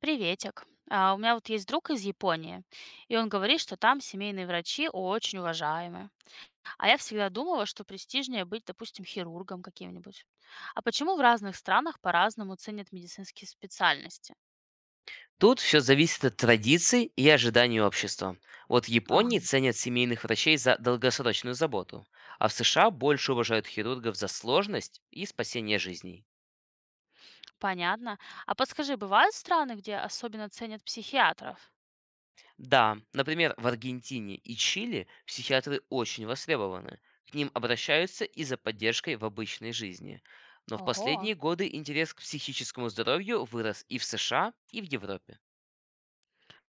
Приветик. У меня вот есть друг из Японии, и он говорит, что там семейные врачи очень уважаемы. А я всегда думала, что престижнее быть, допустим, хирургом каким-нибудь. А почему в разных странах по-разному ценят медицинские специальности? Тут все зависит от традиций и ожиданий общества. Вот в Японии Ага, ценят семейных врачей за долгосрочную заботу, а в США больше уважают хирургов за сложность и спасение жизней. понятно. А подскажи, бывают страны, где особенно ценят психиатров? Да, например, в Аргентине и Чили психиатры очень востребованы. К ним обращаются и за поддержкой в обычной жизни. Но в Ого, последние годы интерес к психическому здоровью вырос и в США, и в Европе.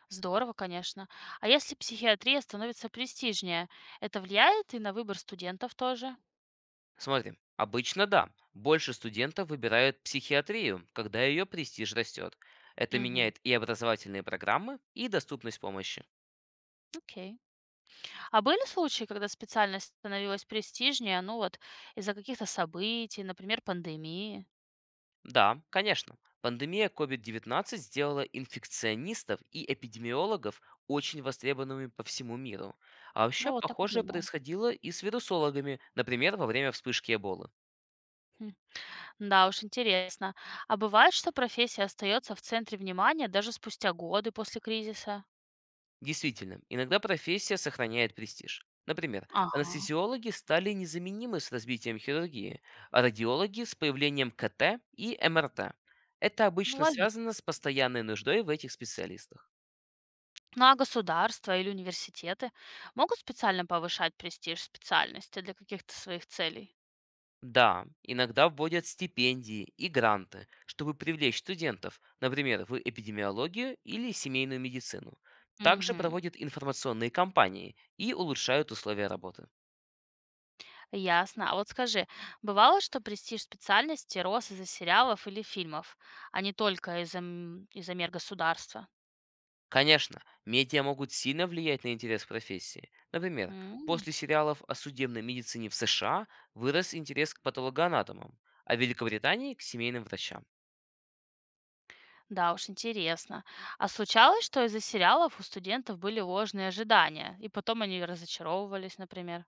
здорово, конечно. А если психиатрия становится престижнее, это влияет и на выбор студентов тоже? Смотри, обычно да. Больше студентов выбирают психиатрию, когда ее престиж растет. Это Угу, меняет и образовательные программы, и доступность помощи. окей. А были случаи, когда специальность становилась престижнее, ну вот из-за каких-то событий, например, пандемии? Да, конечно. Пандемия COVID-19 сделала инфекционистов и эпидемиологов очень востребованными по всему миру. А вообще, Ну вот так и похожее думала. происходило и с вирусологами, например, во время вспышки Эболы. Хм. Да уж, интересно. А бывает, что профессия остается в центре внимания даже спустя годы после кризиса? Действительно, иногда профессия сохраняет престиж. Например, Ага, анестезиологи стали незаменимы с развитием хирургии, а радиологи с появлением КТ и МРТ. Это ну обычно логично. связано с постоянной нуждой в этих специалистах. Ну а государства или университеты могут специально повышать престиж специальности для каких-то своих целей? Да, иногда вводят стипендии и гранты, чтобы привлечь студентов, например, в эпидемиологию или семейную медицину. Также Мгм. проводят информационные кампании и улучшают условия работы. Ясно. А вот скажи, бывало, что престиж специальности рос из-за сериалов или фильмов, а не только из-за из-за мер государства? Конечно, медиа могут сильно влиять на интерес к профессии. Например, М. после сериалов о судебной медицине в США вырос интерес к патологоанатомам, а в Великобритании к семейным врачам. Да уж, интересно. А случалось, что из-за сериалов у студентов были ложные ожидания, и потом они разочаровывались, например?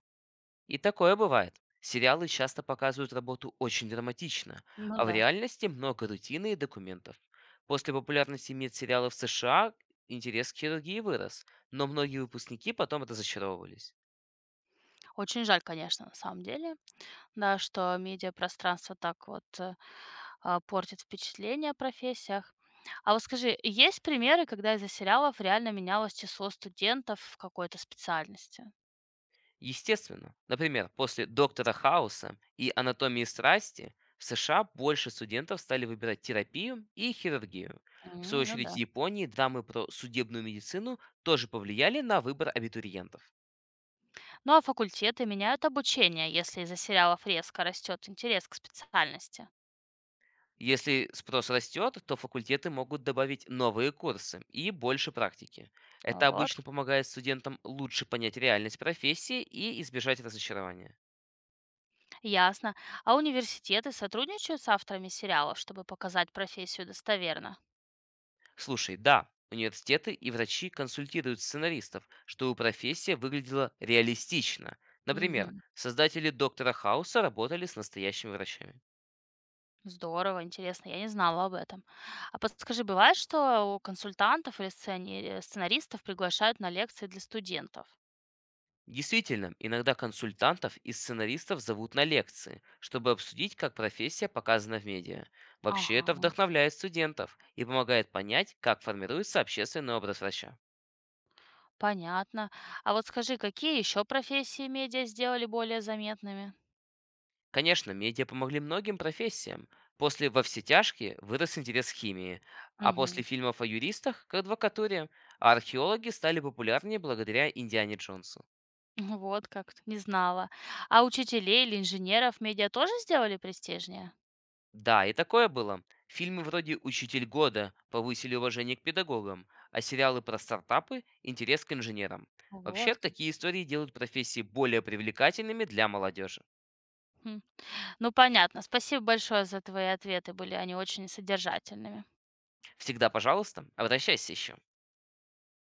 И такое бывает. Сериалы часто показывают работу очень драматично, Ну а в да. реальности много рутины и документов. После популярности медсериалов в США интерес к хирургии вырос, но многие выпускники потом разочаровывались. Очень жаль, конечно, на самом деле. Да, что медиапространство так вот, портит впечатление о профессиях. А вот скажи, есть примеры, когда из-за сериалов реально менялось число студентов в какой-то специальности? Естественно. Например, после «Доктора Хауса» и «Анатомии страсти» в США больше студентов стали выбирать терапию и хирургию. В свою М, ну очередь в да. Японии драмы про судебную медицину тоже повлияли на выбор абитуриентов. Ну а факультеты меняют обучение, если из-за сериалов резко растет интерес к специальности. Если спрос растет, то факультеты могут добавить новые курсы и больше практики. А, Это Вот, обычно помогает студентам лучше понять реальность профессии и избежать разочарования. Ясно. А университеты сотрудничают с авторами сериалов, чтобы показать профессию достоверно? Слушай, да, университеты и врачи консультируют сценаристов, чтобы профессия выглядела реалистично. Например, Мгм. создатели «Доктора Хауса» работали с настоящими врачами. Здорово, интересно, я не знала об этом. А подскажи, бывает, что у консультантов или сценаристов приглашают на лекции для студентов? Действительно, иногда консультантов и сценаристов зовут на лекции, чтобы обсудить, как профессия показана в медиа. Вообще это Ага, вдохновляет студентов и помогает понять, как формируется общественный образ врача. понятно. А вот скажи, какие еще профессии медиа сделали более заметными? Конечно, медиа помогли многим профессиям. После «Во все тяжкие» вырос интерес к химии, а после Угу. фильмов о юристах– к адвокатуре, а археологи стали популярнее благодаря Индиане Джонсу. Вот как, не знала. А учителей или инженеров медиа тоже сделали престижнее? Да, и такое было. Фильмы вроде «Учитель года» повысили уважение к педагогам, а сериалы про стартапы– интерес к инженерам. Вообще, Вот как. такие истории делают профессии более привлекательными для молодежи. Хм. Ну, понятно. Спасибо большое за твои ответы, были они очень содержательными. Всегда, пожалуйста, обращайся еще.